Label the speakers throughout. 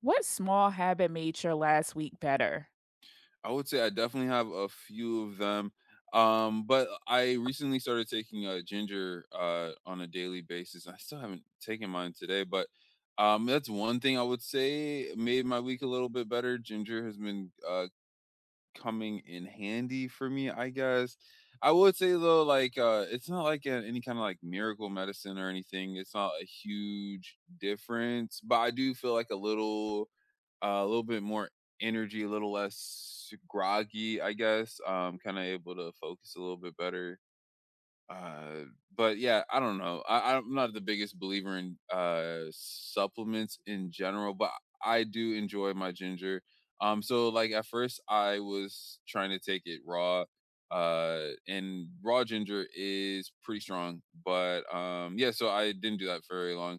Speaker 1: What small habit made your last week better?
Speaker 2: I would say I definitely have a few of them. But I recently started taking ginger on a daily basis. I still haven't taken mine today, but that's one thing I would say made my week a little bit better. Ginger has been coming in handy for me, I guess. I would say though, like it's not like any kind of like miracle medicine or anything. It's not a huge difference, but I do feel like a little bit more energy, a little less groggy, I guess. Kind of able to focus a little bit better uh, but yeah, I don't know. I'm not the biggest believer in supplements in general, but I do enjoy my ginger. So like at first I was trying to take it raw, and raw ginger is pretty strong. But yeah, so I didn't do that for very long.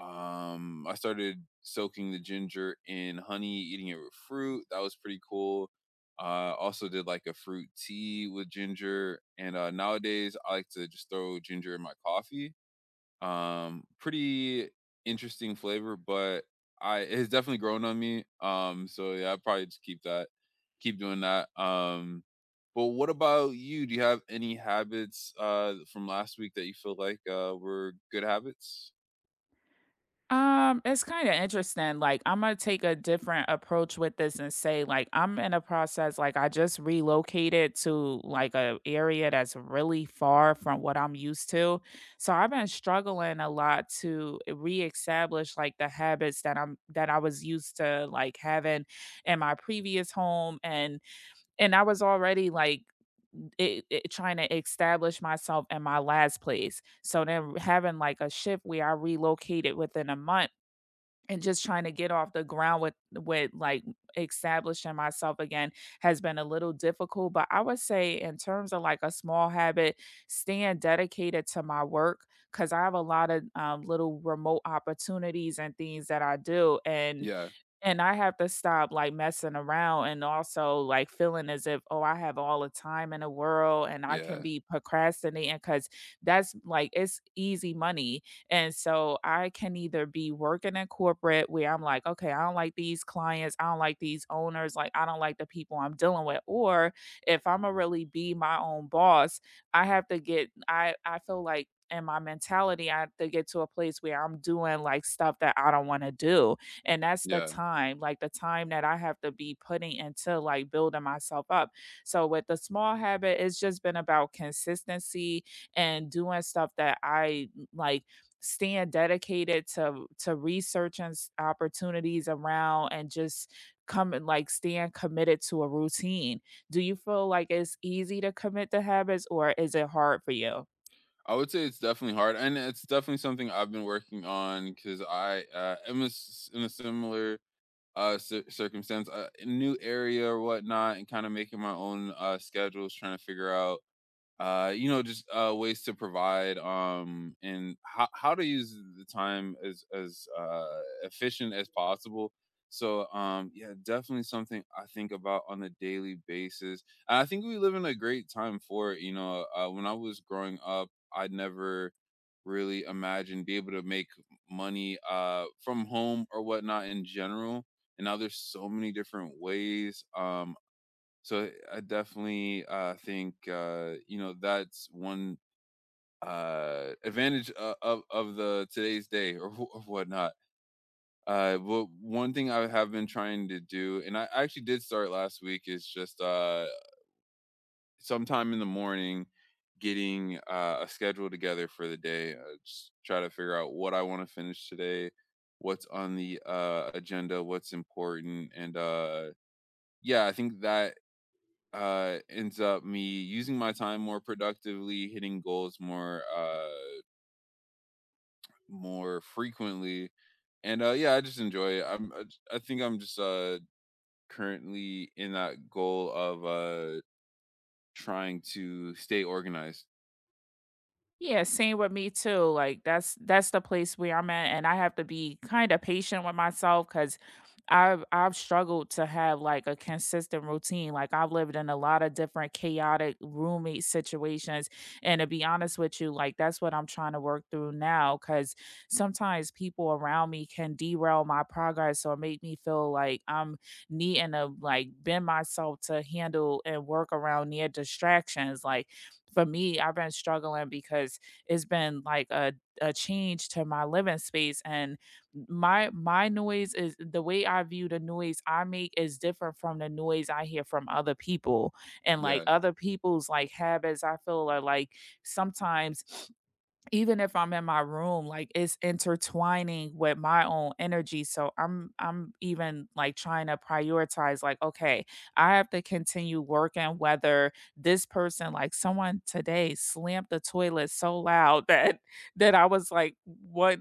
Speaker 2: I started soaking the ginger in honey, eating it with fruit. That was pretty cool. Also did like a fruit tea with ginger, and nowadays I like to just throw ginger in my coffee. Pretty interesting flavor, but I it's definitely grown on me. So yeah, I probably just keep keep doing that. But what about you? Do you have any habits from last week that you feel like were good habits?
Speaker 1: It's kind of interesting. Like, I'm gonna take a different approach with this and say, like, I'm in a process, like, I just relocated to like a area that's really far from what I'm used to. So I've been struggling a lot to reestablish like the habits that I was used to like having in my previous home. And I was already like it trying to establish myself in my last place. So then having like a shift where I relocated within a month and just trying to get off the ground with like establishing myself again has been a little difficult. But I would say, in terms of like a small habit, staying dedicated to my work, because I have a lot of little remote opportunities and things that I do. and
Speaker 2: Yeah,
Speaker 1: and I have to stop, like, messing around, and also, like, feeling as if, "Oh, I have all the time in the world and I can
Speaker 2: yeah.
Speaker 1: be procrastinating because that's, like, it's easy money," and so I can either be working in corporate where I'm like, "Okay, I don't like these clients, I don't like these owners, like, I don't like the people I'm dealing with," or if Imma really be my own boss, I have to get I feel like, in my mentality, I have to get to a place where I'm doing, like, stuff that I don't wanna do. And that's the
Speaker 2: Yeah.
Speaker 1: time, like the time that I have to be putting into like building myself up. So with the small habit, it's just been about consistency and doing stuff that I like staying dedicated to researching opportunities around, and just coming like staying committed to a routine. Do you feel like it's easy to commit to habits, or is it hard for you?
Speaker 2: I would say it's definitely hard, and it's definitely something I've been working on because I, am a s in a similar, circumstance, a new area or whatnot, and kinda making my own, schedules, trying to figure out, you know, just ways to provide, and how to use the time as efficient as possible. So yeah, definitely something I think about on a daily basis, and I think we live in a great time for it, you know. When I was growing up, I never really imagined be able to make money from home or whatnot in general, and now there's so many different ways. I definitely think, you know, that's one advantage of the today's day or whatnot. But one thing I have been trying to do, and I actually did start last week, is just sometime in the morning, getting a schedule together for the day. Just try to figure out what I want to finish today, what's on the agenda, what's important, and yeah, I think that ends up me using my time more productively, hitting goals more more frequently, and yeah, I just enjoy it. I think I'm just currently in that goal of trying to stay organized.
Speaker 1: Yeah, same with me too. Like, that's the place where I'm at, and I have to be kind of patient with myself because I've struggled to have like a consistent routine. Like, I've lived in a lot of different chaotic roommate situations, and to be honest with you, like, that's what I'm trying to work through now. Because sometimes people around me can derail my progress or make me feel like I'm needing to like bend myself to handle and work around near distractions. Like, for me, I've been struggling because it's been like a change to my living space. And my noise is, the way I view the noise I make is different from the noise I hear from other people, and like
Speaker 2: Yeah.
Speaker 1: other people's like habits, I feel, are like sometimes, even if I'm in my room, like, it's intertwining with my own energy. So I'm even like trying to prioritize, like, okay, I have to continue working whether this person, like someone today slammed the toilet so loud that that I was like, what?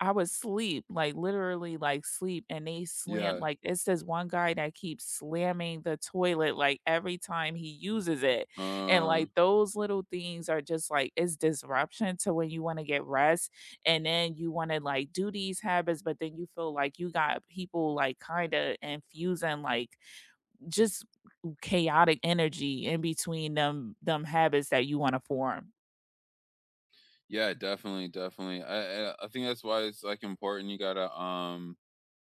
Speaker 1: I was sleep, like literally like sleep, and they slammed.
Speaker 2: Yeah.
Speaker 1: Like, it's this one guy that keeps slamming the toilet like every time he uses it. And
Speaker 2: uh
Speaker 1: like, those little things are just like, it's disruption to when you want to get rest, and then you want to like do these habits, but then you feel like you got people like kind of infusing like just chaotic energy in between them habits that you want to form.
Speaker 2: yeah, definitely, I think that's why it's like important. You gotta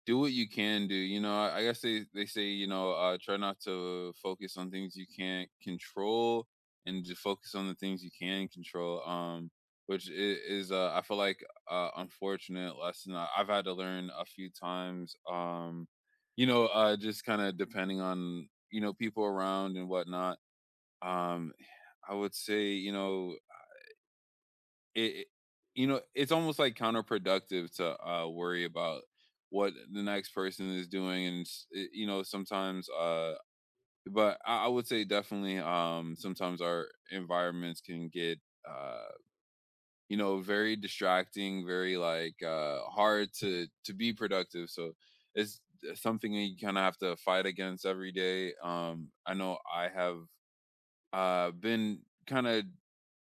Speaker 2: do what you can do. You know, I guess they say, you know, try not to focus on things you can't control, and to focus on the things you can control. Which is, I feel like, unfortunate lesson I've had to learn a few times. You know, just kind of depending on, you know, people around and whatnot. Um, I would say, you know, it, it- you know, it's almost like counterproductive to worry about what the next person is doing, you know, sometimes but I would say definitely sometimes our environments can get uh you know very distracting, very like hard to be productive. So it's something that you kind of have to fight against every day. I know I have been kind of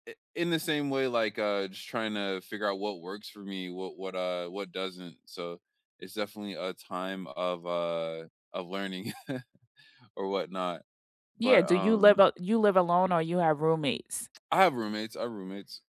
Speaker 2: in the same way, like just trying to figure out what works for me, what what doesn't. So it's definitely a time of learning or whatnot.
Speaker 1: Yeah,
Speaker 2: But
Speaker 1: do you you live alone or you have roommates?
Speaker 2: I have roommates, I have roommates.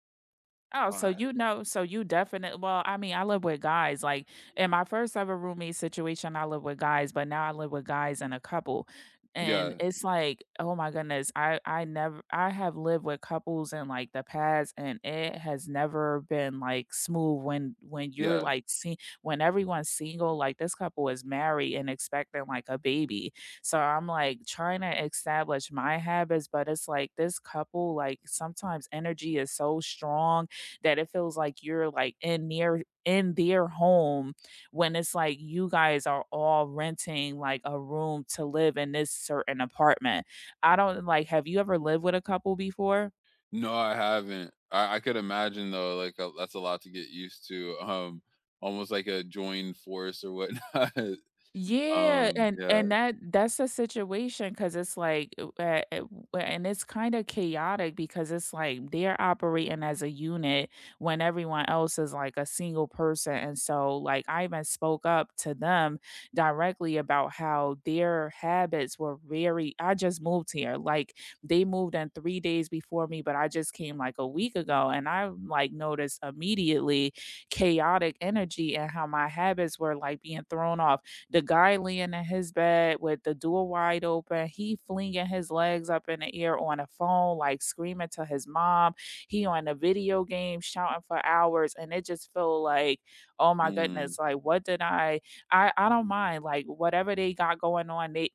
Speaker 1: Oh, so
Speaker 2: Ah,
Speaker 1: you know, so you definitely, well, I mean, I live with guys. Like, in my first ever roommate situation, I live with guys, but now I live with guys and a couple. And
Speaker 2: yeah,
Speaker 1: it's like, oh my goodness, I never I have lived with couples in like the past and it has never been like smooth when you're
Speaker 2: yeah.
Speaker 1: like, see, when everyone's single, like this couple is married and expecting like a baby. So I'm like trying to establish my habits, but it's like this couple, like sometimes energy is so strong that it feels like you're like in near in their home when it's like you guys are all renting like a room to live in this certain apartment. I don't like, have you ever lived with a couple before?
Speaker 2: No, I haven't. I could imagine though, like that's a lot to get used to. Almost like a joined force or whatnot.
Speaker 1: Yeah, and
Speaker 2: Yeah.
Speaker 1: that that's the situation, because it's like and it's kind of chaotic because it's like they're operating as a unit when everyone else is like a single person. And so, like, I even spoke up to them directly about how their habits were very, I just moved here. Like, they moved in 3 days before me, but I just came like a week ago, and I like noticed immediately chaotic energy and how my habits were like being thrown off. The guy laying in his bed with the door wide open, he flinging his legs up in the air on a phone, like screaming to his mom. He on a video game shouting for hours, and it just feel like, oh my
Speaker 2: Mm.
Speaker 1: goodness, like what did I? I don't mind, like whatever they got going on, they,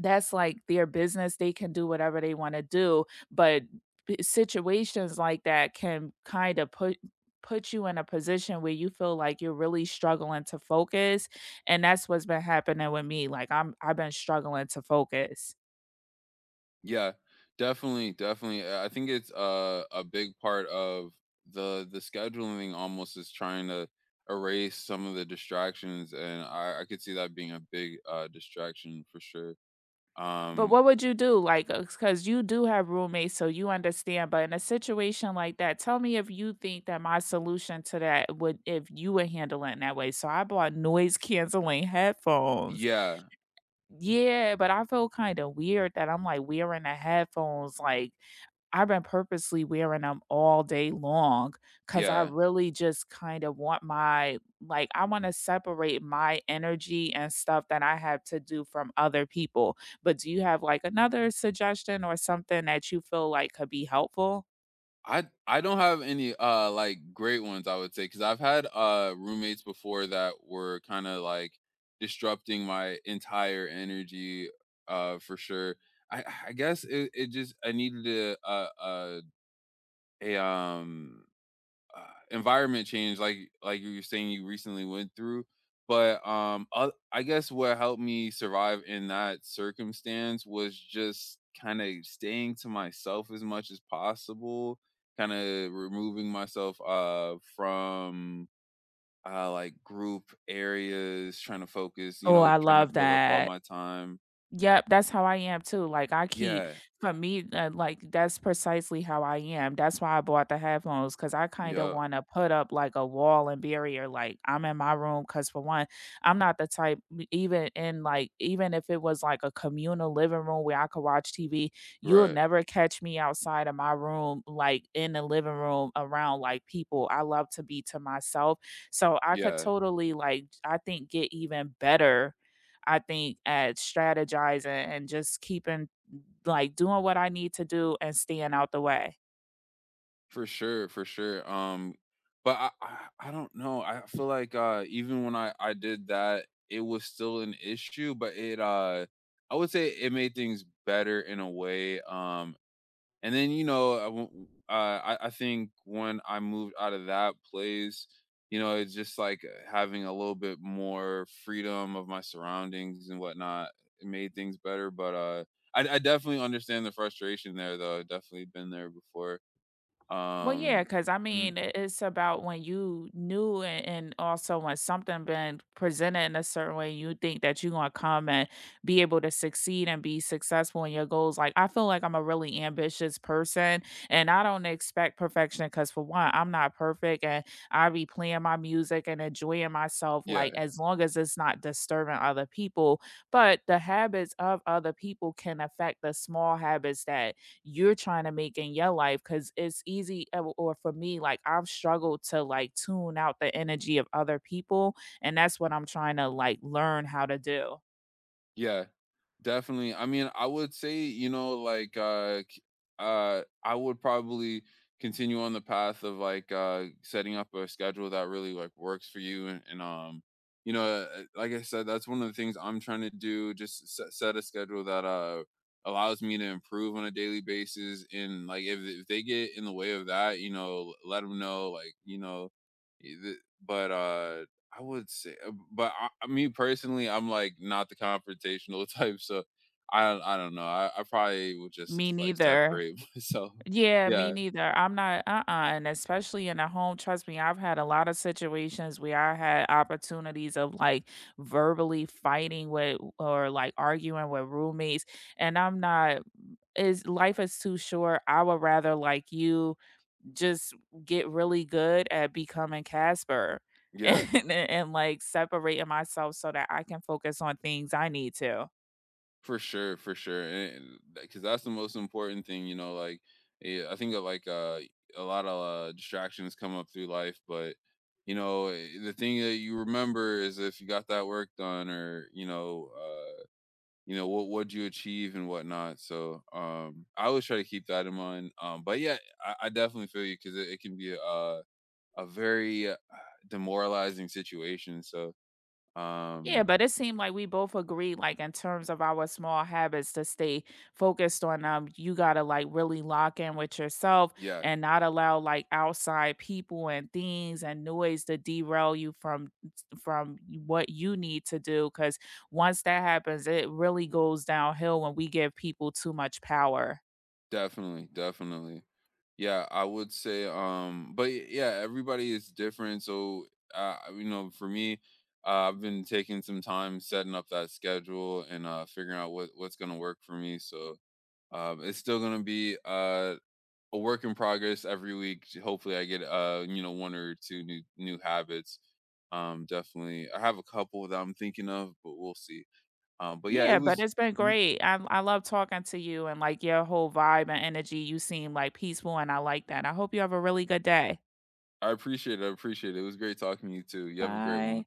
Speaker 1: that's like their business, they can do whatever they wanna do, but b situations like that can kinda put you in a position where you feel like you're really struggling to focus, and that's what's been happening with me. Like, I've been struggling to focus.
Speaker 2: Yeah, definitely, definitely. I think it's a big part of the scheduling almost is trying to erase some of the distractions, and I could see that being a big distraction for sure.
Speaker 1: But
Speaker 2: Um,
Speaker 1: what would you do? Like, because you do have roommates, so you understand, but in a situation like that, tell me if you think that my solution to that would, if you would handle it in that way. So I bought noise canceling headphones.
Speaker 2: yeah,
Speaker 1: Yeah, but I feel kinda weird that I'm, like, wearing the headphones, like, I've been purposely wearing them all day long because I
Speaker 2: yeah.
Speaker 1: really just kind of want my, like, I wanna separate my energy and stuff that I have to do from other people. But do you have, like, another suggestion or something that you feel like could be helpful?
Speaker 2: I don't have any like great ones, I would say, because I've had roommates before that were kind of like disrupting my entire energy for sure. I guess it just I needed to a uh, environment change, like you were saying, you recently went through. But I guess what helped me survive in that circumstance was just kind of staying to myself as much as possible, kind of removing myself from like group areas, trying to focus, you
Speaker 1: Oh,
Speaker 2: know,
Speaker 1: I
Speaker 2: trying to
Speaker 1: love
Speaker 2: fill up all
Speaker 1: that.
Speaker 2: my time.
Speaker 1: Yep, that's how I am too. Like, I keep
Speaker 2: Yeah.
Speaker 1: for me, like, that's precisely how I am. That's why I bought the headphones, because I kind of
Speaker 2: Yep.
Speaker 1: want to put up like a wall and barrier. Like, I'm in my room because, for one, I'm not the type. Even in, like, even if it was like a communal living room where I could watch TV, you'll
Speaker 2: Right.
Speaker 1: never catch me outside of my room, like in the living room around like people. I love to be to myself, so I could
Speaker 2: Yeah.
Speaker 1: totally like, I think, get even better, I think, at strategizing and just keeping like doing what I need to do and staying out the way.
Speaker 2: For sure, for sure. But I don't know. I feel like even when I did that, it was still an issue, but it I would say it made things better in a way. And then you know, I think when I moved out of that place, you know, it's just like having a little bit more freedom of my surroundings and whatnot. It made things better, but I definitely understand the frustration there, though. I've definitely been there before.
Speaker 1: Well, yeah,
Speaker 2: Um,
Speaker 1: because I
Speaker 2: mm,
Speaker 1: mean, it's about when you knew, and also when something been presented in a certain way, you think that you're gonna come and be able to succeed and be successful in your goals. Like, I feel like I'm a really ambitious person, and I don't expect perfection because, for one, I'm not perfect, and I be playing my music and enjoying myself.
Speaker 2: yeah,
Speaker 1: Like, as long as it's not disturbing other people, but the habits of other people can affect the small habits that you're trying to make in your life, because it's easy, or for me, like, I've struggled to like tune out the energy of other people, and that's what I'm trying to like learn how to do.
Speaker 2: yeah, definitely. I mean, I would say, you know, like, I would probably continue on the path of like setting up a schedule that really like works for you, and you know, like I said, that's one of the things I'm trying to do. Just set a schedule that allows me to improve on a daily basis, and like if they get in the way of that, you know, let them know, like, you know, I- th- but I would say, me personally, I'm like not the confrontational type, so I don't know. I probably would just
Speaker 1: Me
Speaker 2: like
Speaker 1: neither,
Speaker 2: separate myself.
Speaker 1: yeah, me
Speaker 2: Yeah,
Speaker 1: neither. I'm not, uh-uh, and especially in a home, trust me, I've had a lot of situations where I had opportunities of like verbally fighting with or like arguing with roommates, and I'm not, is life is too short. I would rather like, you just get really good at becoming Casper
Speaker 2: yeah,
Speaker 1: and like separating myself so that I can focus on things I need to.
Speaker 2: for sure, and because that's the most important thing, you know. Like, I think that like a lot of distractions come up through life, but you know, the thing that you remember is if you got that work done, or you know what you achieve and whatnot. So I always try to keep that in mind. But yeah, I definitely feel you, because it can be a very demoralizing situation. So
Speaker 1: Yeah,
Speaker 2: um
Speaker 1: but it seemed like we both agreed, like in terms of our small habits, to stay focused on them. You gotta like really lock in with yourself
Speaker 2: yeah,
Speaker 1: and not allow like outside people and things and noise to derail you from what you need to do. Cause once that happens, it really goes downhill when we give people too much power.
Speaker 2: definitely, definitely. Yeah, I would say but yeah, everybody is different. So you know, for me, I've been taking some time setting up that schedule and figuring out what's gonna work for me. So it's still gonna be a work in progress every week. Hopefully I get you know one or two new habits. Definitely, I have a couple that I'm thinking of, but we'll see. But yeah,
Speaker 1: Yeah,
Speaker 2: it
Speaker 1: but
Speaker 2: was.
Speaker 1: it's been great. I love talking to you and like your whole vibe and energy. You seem like peaceful and I like that. I hope you have a really good day.
Speaker 2: I appreciate it. I appreciate it. It was great talking to you too. You have a great one.
Speaker 1: Bye.